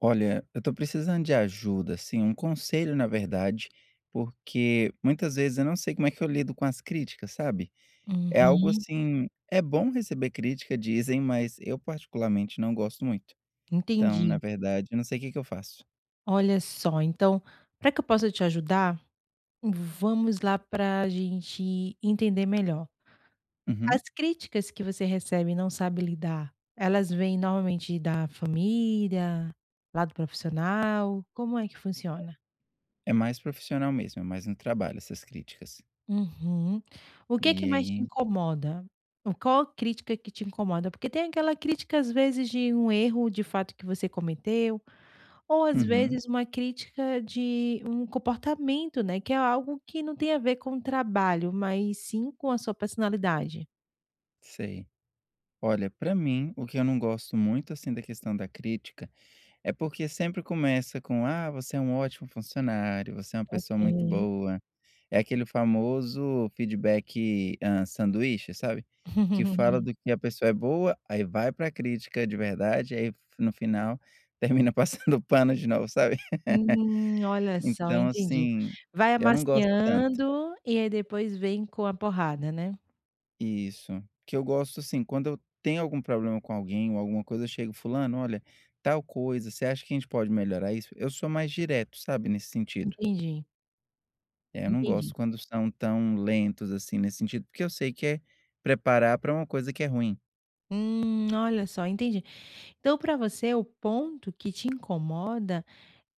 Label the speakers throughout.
Speaker 1: Olha, eu tô precisando de ajuda, assim, um conselho, na verdade, porque muitas vezes eu não sei como é que eu lido com as críticas, sabe? É algo
Speaker 2: Uhum,
Speaker 1: assim, é bom receber crítica, dizem, mas eu particularmente não gosto muito. Então, na
Speaker 2: entendi.
Speaker 1: verdade, eu não sei o que que eu faço.
Speaker 2: Olha só, então, para que eu possa te ajudar, vamos lá para a gente entender melhor.
Speaker 1: Uhum.
Speaker 2: As críticas que você recebe e não sabe lidar, elas vêm normalmente da família, lado profissional, como é que funciona?
Speaker 1: É mais profissional mesmo, é mais no trabalho essas críticas.
Speaker 2: Uhum. O que é que
Speaker 1: E
Speaker 2: mais te
Speaker 1: aí,
Speaker 2: incomoda? O qual a crítica que te incomoda? Porque tem aquela crítica, às vezes, de um erro de fato que você cometeu, ou às
Speaker 1: uhum,
Speaker 2: vezes uma crítica de um comportamento, né, que é algo que não tem a ver com o trabalho, mas sim com a sua personalidade.
Speaker 1: sei. Olha, pra mim, o que eu não gosto muito assim da questão da crítica é porque sempre começa com: "Ah, você é um ótimo funcionário, você é uma pessoa muito
Speaker 2: Ok.
Speaker 1: boa". É aquele famoso feedback, sanduíche, sabe? Que fala do que a pessoa é boa, aí vai pra crítica de verdade, aí no final termina passando pano de novo, sabe?
Speaker 2: Olha só,
Speaker 1: Então,
Speaker 2: entendi.
Speaker 1: assim,
Speaker 2: Vai
Speaker 1: eu não gosto tanto.
Speaker 2: amaciando e aí depois vem com a porrada, né?
Speaker 1: Isso. Que eu gosto, assim, quando eu tenho algum problema com alguém ou alguma coisa, eu chego: "Fulano, olha, tal coisa, você acha que a gente pode melhorar isso?". Eu sou mais direto, sabe, nesse sentido.
Speaker 2: Entendi,
Speaker 1: É, eu não
Speaker 2: entendi.
Speaker 1: gosto quando são tão lentos, assim, nesse sentido, porque eu sei que é preparar para uma coisa que é ruim.
Speaker 2: Olha só, entendi. Então, para você, o ponto que te incomoda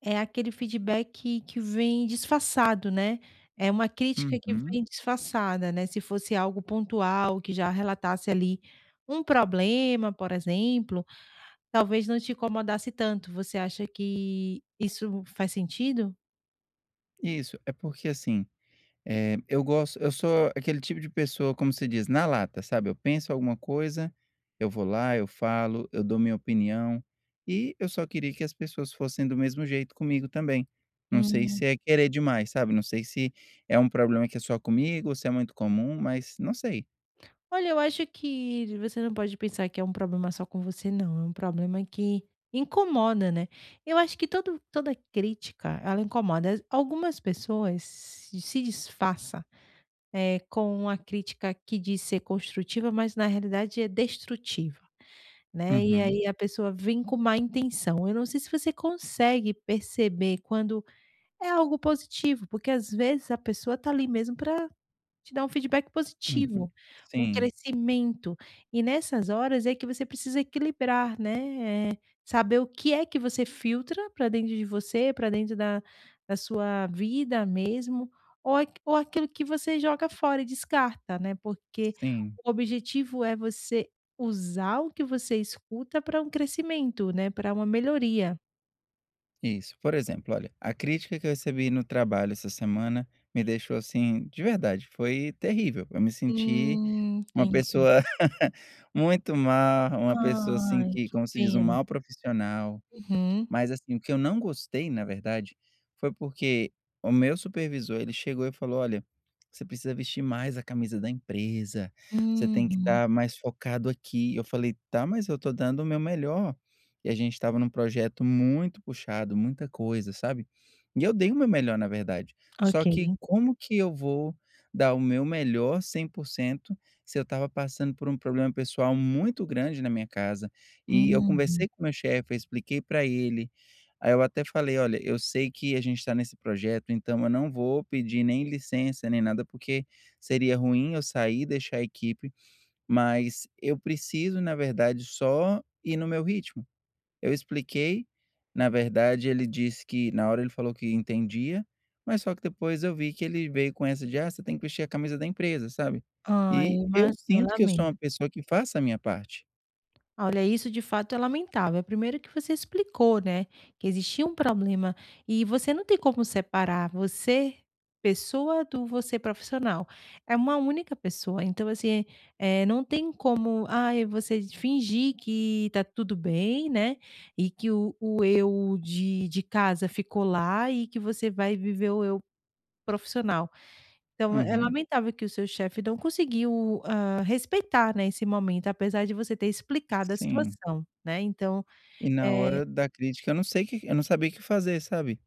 Speaker 2: é aquele feedback que vem disfarçado, né, é uma crítica que
Speaker 1: Uhum.
Speaker 2: vem disfarçada, né, se fosse algo pontual, que já relatasse ali um problema, por exemplo, talvez não te incomodasse tanto, você acha que isso faz sentido?
Speaker 1: Isso, é porque, assim, eu sou aquele tipo de pessoa, como se diz, na lata, sabe, eu penso alguma coisa, eu vou lá, eu falo, eu dou minha opinião, e eu só queria que as pessoas fossem do mesmo jeito comigo também. Não sei
Speaker 2: Hum.
Speaker 1: se é querer demais, sabe, não sei se é um problema que é só comigo ou se é muito comum, mas não sei.
Speaker 2: Olha, eu acho que você não pode pensar que é um problema só com você não, é um problema que incomoda, né. Eu acho que todo toda crítica, ela incomoda. Algumas pessoas se disfarça, com a crítica que diz ser construtiva, mas na realidade é destrutiva, né, e
Speaker 1: Uhum,
Speaker 2: aí a pessoa vem com má intenção. Eu não sei se você consegue perceber quando é algo positivo, porque às vezes a pessoa tá ali mesmo para te dá um feedback
Speaker 1: uhum.
Speaker 2: positivo, um
Speaker 1: Sim,
Speaker 2: crescimento. E nessas horas é que você precisa equilibrar, né, saber o que é que você filtra para dentro de você, para dentro da sua vida mesmo, ou aq ou aquilo que você joga fora e descarta, né, porque
Speaker 1: sim.
Speaker 2: o objetivo é você usar o que você escuta para um crescimento, né, para uma melhoria.
Speaker 1: Isso. Por exemplo, olha, a crítica que eu recebi no trabalho essa semana me deixou assim, de verdade, foi terrível. Eu me senti uma
Speaker 2: Entendi.
Speaker 1: pessoa muito mal, uma pessoa assim
Speaker 2: Ai,
Speaker 1: que,
Speaker 2: que
Speaker 1: como se diz, um
Speaker 2: pena.
Speaker 1: mau profissional.
Speaker 2: Uhum.
Speaker 1: Mas, assim, o que eu não gostei, na verdade, foi porque o meu supervisor, ele chegou e falou: "Olha, você precisa vestir mais a camisa da empresa, você tem que
Speaker 2: Uhum.
Speaker 1: estar mais focado aqui". Eu falei: "Tá, mas eu tô dando o meu melhor". E a gente estava num projeto muito puxado, muita coisa, sabe. E eu dei o meu melhor, na verdade. Só que
Speaker 2: Ok.
Speaker 1: como que eu vou dar o meu melhor 100% se eu estava passando por um problema pessoal muito grande na minha casa? E eu
Speaker 2: Uhum.
Speaker 1: conversei com o meu chefe, eu expliquei para ele, aí eu até falei: "Olha, eu sei que a gente está nesse projeto, então eu não vou pedir nem licença nem nada, porque seria ruim eu sair e deixar a equipe, mas eu preciso, na verdade, só ir no meu ritmo". Eu expliquei, na verdade ele disse que na hora ele falou que entendia, mas só que depois eu vi que ele veio com essa de: "Ah, você tem que vestir a camisa da empresa", sabe.
Speaker 2: Ai,
Speaker 1: E eu
Speaker 2: eu
Speaker 1: sinto que eu sou
Speaker 2: lamento.
Speaker 1: uma pessoa que faço a minha parte.
Speaker 2: Olha, isso de fato é lamentável. Primeiro que você explicou, né, que existia um problema e você não tem como separar você, pessoa, do você profissional. É uma única pessoa. Então, assim, não tem como, você fingir que tá tudo bem, né, e que o eu de casa ficou lá e que você vai viver o eu profissional. Então, é
Speaker 1: Uhum,
Speaker 2: lamentável que o seu chefe não conseguiu, respeitar, né, esse momento, apesar de você ter explicado a
Speaker 1: sim.
Speaker 2: situação, né, então,
Speaker 1: E na
Speaker 2: eh
Speaker 1: hora da crítica eu não sabia o que fazer, sabe.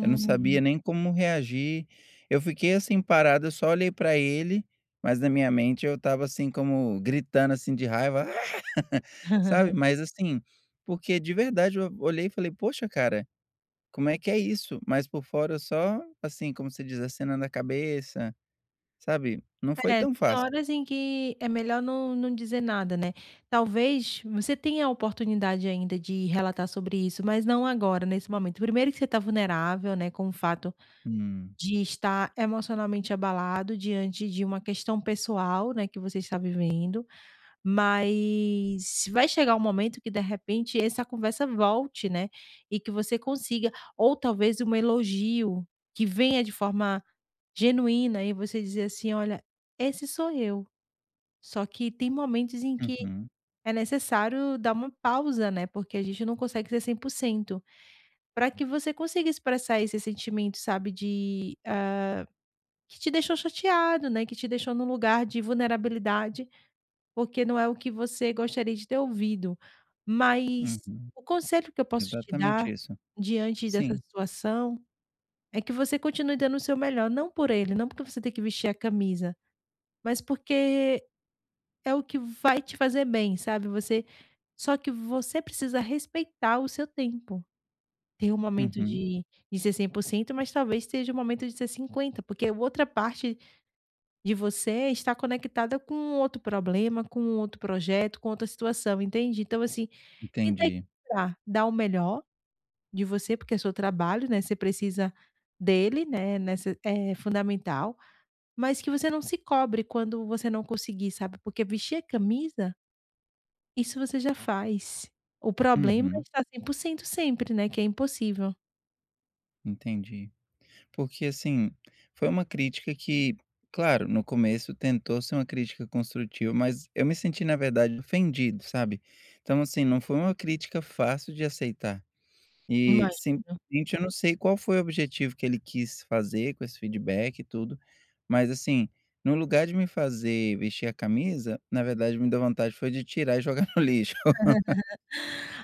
Speaker 1: Eu não sabia nem como reagir. Eu fiquei assim parado, eu só olhei pra ele, mas na minha mente eu estava assim como gritando assim de raiva, sabe. Mas assim, porque de verdade eu olhei e falei: "Poxa cara, como é que é isso?". Mas por fora eu só, assim, como se diz, acenando a cabeça, sabe. Não foi
Speaker 2: É,
Speaker 1: tão
Speaker 2: tem
Speaker 1: fácil.
Speaker 2: horas em que é melhor não dizer nada, né. Talvez você tenha a oportunidade ainda de relatar sobre isso, mas não agora, nesse momento. Primeiro que você está vulnerável, né, com o fato
Speaker 1: Hum.
Speaker 2: de estar emocionalmente abalado diante de uma questão pessoal, né, que você está vivendo. Mas vai chegar um momento que de repente essa conversa volte, né, e que você consiga ou talvez um elogio que venha de forma genuína e você dizer assim: "Olha, esse sou eu, só que tem momentos em que
Speaker 1: Uhum,
Speaker 2: é necessário dar uma pausa, né, porque a gente não consegue ser 100% para que você consiga expressar esse sentimento, sabe, de, que te deixou chateado, né, que te deixou num lugar de vulnerabilidade. Porque não é o que você gostaria de ter ouvido. Mas
Speaker 1: uhum.
Speaker 2: o conselho que eu posso te dar
Speaker 1: Exatamente isso.
Speaker 2: diante dessa
Speaker 1: Sim.
Speaker 2: situação é que você continue dando o seu melhor, não por ele, não porque você tem que vestir a camisa, mas porque é o que vai te fazer bem, sabe, você só que você precisa respeitar o seu tempo. Tem um momento
Speaker 1: Uhum.
Speaker 2: de ser 100%, mas talvez seja um momento de ser 50, porque outra parte de você está conectada com outro problema, com outro projeto, com outra situação, entende? Então assim, tenta
Speaker 1: Entendi.
Speaker 2: equilibrar, dar o melhor de você, porque é seu trabalho, né, você precisa dele, né, nessa é fundamental, mas que você não se cobre quando você não conseguir, sabe, porque vestir a camisa, isso você já faz. O problema é
Speaker 1: Uhum.
Speaker 2: estar 100% sempre, né, que é impossível.
Speaker 1: Entendi. Porque, assim, foi uma crítica que, claro, no começo tentou ser uma crítica construtiva, mas eu me senti, na verdade, ofendido, sabe. Então, assim, não foi uma crítica fácil de aceitar. E,
Speaker 2: Imagino.
Speaker 1: simplesmente, eu não sei qual foi o objetivo que ele quis fazer com esse feedback e tudo, mas, assim, no lugar de me fazer vestir a camisa, na verdade, me deu vontade foi de tirar e jogar no lixo.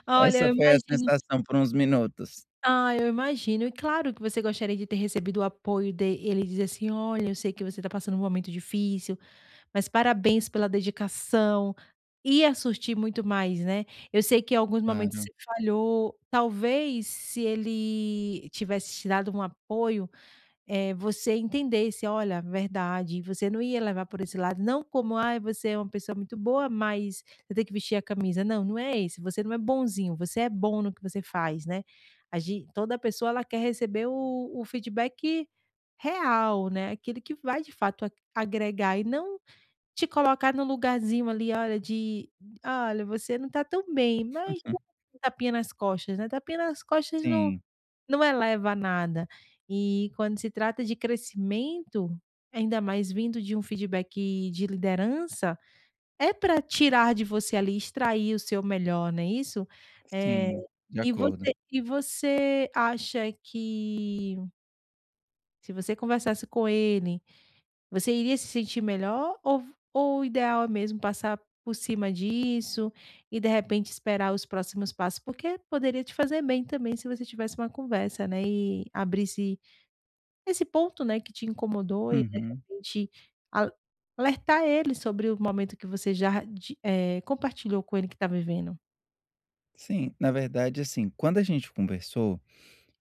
Speaker 2: Olha,
Speaker 1: Essa
Speaker 2: eu
Speaker 1: foi a
Speaker 2: imagino.
Speaker 1: sensação por uns minutos.
Speaker 2: Ah, eu imagino. E claro que você gostaria de ter recebido o apoio dele. Ele diz assim: "Olha, eu sei que você está passando um momento difícil, mas parabéns pela dedicação, ia surtir muito mais, né. Eu sei que em alguns momentos
Speaker 1: Claro.
Speaker 2: você falhou, talvez se ele tivesse te dado um apoio, você entendesse: "Olha, verdade", você não ia levar por esse lado, não como: ah, você é uma pessoa muito boa, mas você tem que vestir a camisa". Não, não é esse, você não é bonzinho, você é bom no que você faz, né. A gen toda pessoa ela quer receber o feedback real, né, aquele que vai de fato a agregar e não te colocar num lugarzinho ali, olha, de "Olha, você não tá tão bem, mas dá um tapinha nas costas", né, tapinha nas costas não
Speaker 1: Sim,
Speaker 2: não eleva a nada. E quando se trata de crescimento, ainda mais vindo de um feedback de liderança, é para tirar de você ali, extrair o seu melhor, não é isso? Eh,
Speaker 1: sim, de
Speaker 2: e
Speaker 1: acordo.
Speaker 2: você e você acha que se você conversasse com ele você iria se sentir melhor ou o ideal é mesmo passar por cima disso e, de repente, esperar os próximos passos? Porque poderia te fazer bem também se você tivesse uma conversa, né, e abrisse esse ponto, né, que te incomodou e, de
Speaker 1: Uhum.
Speaker 2: repente, al alertar ele sobre o momento que você já compartilhou com ele que está vivendo.
Speaker 1: Sim, na verdade, assim, quando a gente conversou,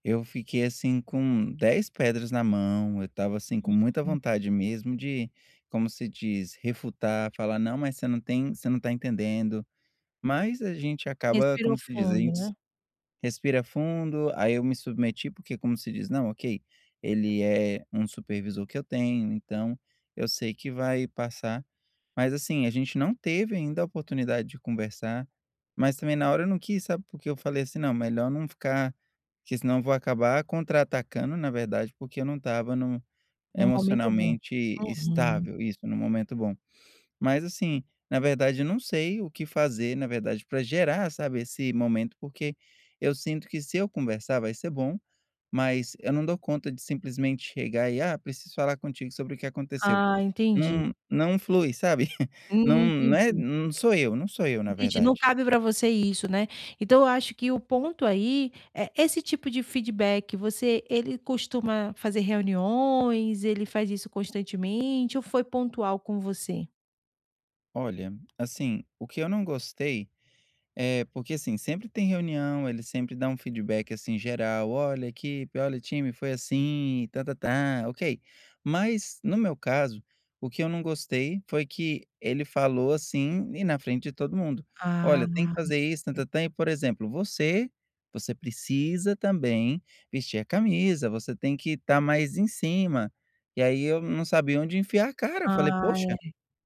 Speaker 1: eu fiquei assim com 10 pedras na mão, eu estava assim com muita
Speaker 2: Hum.
Speaker 1: vontade mesmo de, como se diz, refutar, falar, não, mas você não tem, você não tá entendendo. Mas a gente acaba,
Speaker 2: Respirou
Speaker 1: como se diz,
Speaker 2: fundo, né,
Speaker 1: respira fundo, aí eu me submeti, porque como se diz, não, ok, ele é um supervisor que eu tenho, então eu sei que vai passar. Mas assim, a gente não teve ainda a oportunidade de conversar, mas também na hora eu não quis, sabe, porque eu falei assim: "Não, melhor não ficar, porque senão eu vou acabar contra-atacando", na verdade, porque eu não estava num
Speaker 2: num momento bom.
Speaker 1: emocionalmente
Speaker 2: Uhum.
Speaker 1: estável, isso, no momento bom. Mas assim, na verdade eu não sei o que fazer, na verdade, para gerar, sabe, esse momento, porque eu sinto que se eu conversar vai ser bom, mas eu não dou conta de simplesmente chegar e: "Ah, preciso falar contigo sobre o que aconteceu".
Speaker 2: Ah, entendi.
Speaker 1: Não, não flui, sabe. Não, não é,
Speaker 2: Entendi.
Speaker 1: não sou eu, não sou eu, na
Speaker 2: Entendi, não
Speaker 1: verdade.
Speaker 2: cabe para você isso, né. Então eu acho que o ponto aí é esse tipo de feedback, você ele costuma fazer reuniões, ele faz isso constantemente ou foi pontual com você?
Speaker 1: Olha, assim, o que eu não gostei é, porque assim, sempre tem reunião, ele sempre dá um feedback assim geral, olha equipe, olha time, foi assim, tá, tá, tá, ok. Mas no meu caso, o que eu não gostei foi que ele falou assim e na frente de todo mundo,
Speaker 2: Ah,
Speaker 1: olha, tem que fazer isso, tá, tá, tá, e por exemplo, você, você precisa também vestir a camisa, você tem que estar mais em cima. E aí eu não sabia onde enfiar a cara, eu falei,
Speaker 2: ah, é.
Speaker 1: poxa,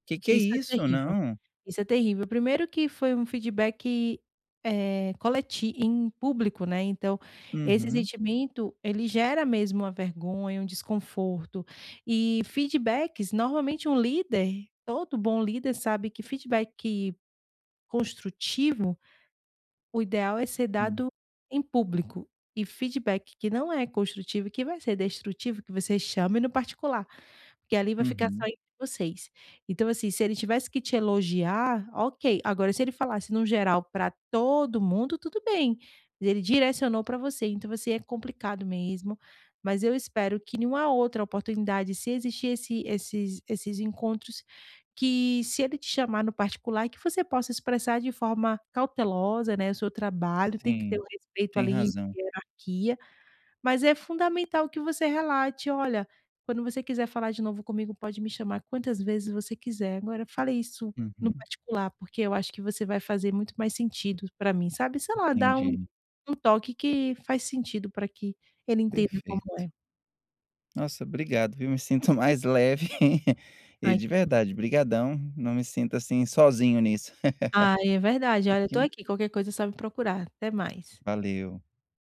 Speaker 1: que é
Speaker 2: Isso é
Speaker 1: isso?
Speaker 2: terrível.
Speaker 1: Não.
Speaker 2: Isso é terrível. Primeiro que foi um feedback, coleti em público, né, então esse
Speaker 1: Uhum,
Speaker 2: sentimento, ele gera mesmo uma vergonha, um desconforto. E feedbacks, normalmente um líder, todo bom líder sabe que feedback construtivo o ideal é ser
Speaker 1: hum,
Speaker 2: dado em público e feedback que não é construtivo e que vai ser destrutivo, que você chame no particular, porque ali vai ficar só
Speaker 1: uhum,
Speaker 2: entre vocês. Então, assim, se ele tivesse que te elogiar, ok. Agora, se ele falasse no geral para todo mundo, tudo bem. Mas ele direcionou para você, então você é complicado mesmo. Mas eu espero que nenhuma outra oportunidade, se existir esses encontros, que se ele te chamar no particular, que você possa expressar de forma cautelosa, né, o seu trabalho, tem que ter
Speaker 1: sim.
Speaker 2: o respeito
Speaker 1: Tem
Speaker 2: ali
Speaker 1: razão.
Speaker 2: de hierarquia, mas é fundamental que você relate: "Olha, quando você quiser falar de novo comigo, pode me chamar quantas vezes você quiser, agora fale isso no
Speaker 1: Uhum,
Speaker 2: particular, porque eu acho que você vai fazer muito mais sentido para mim", sabe, sei lá, dá um
Speaker 1: entendi.
Speaker 2: toque que faz sentido para que ele entenda como
Speaker 1: Perfeito.
Speaker 2: é.
Speaker 1: Nossa, obrigado, viu, me sinto mais leve e
Speaker 2: Ai,
Speaker 1: de
Speaker 2: que bom.
Speaker 1: verdade, brigadão, não me sinto, assim, sozinho nisso.
Speaker 2: Ai, é verdade. Olha, eu tô
Speaker 1: Aqui
Speaker 2: aqui, qualquer coisa sabe procurar. Até mais.
Speaker 1: valeu.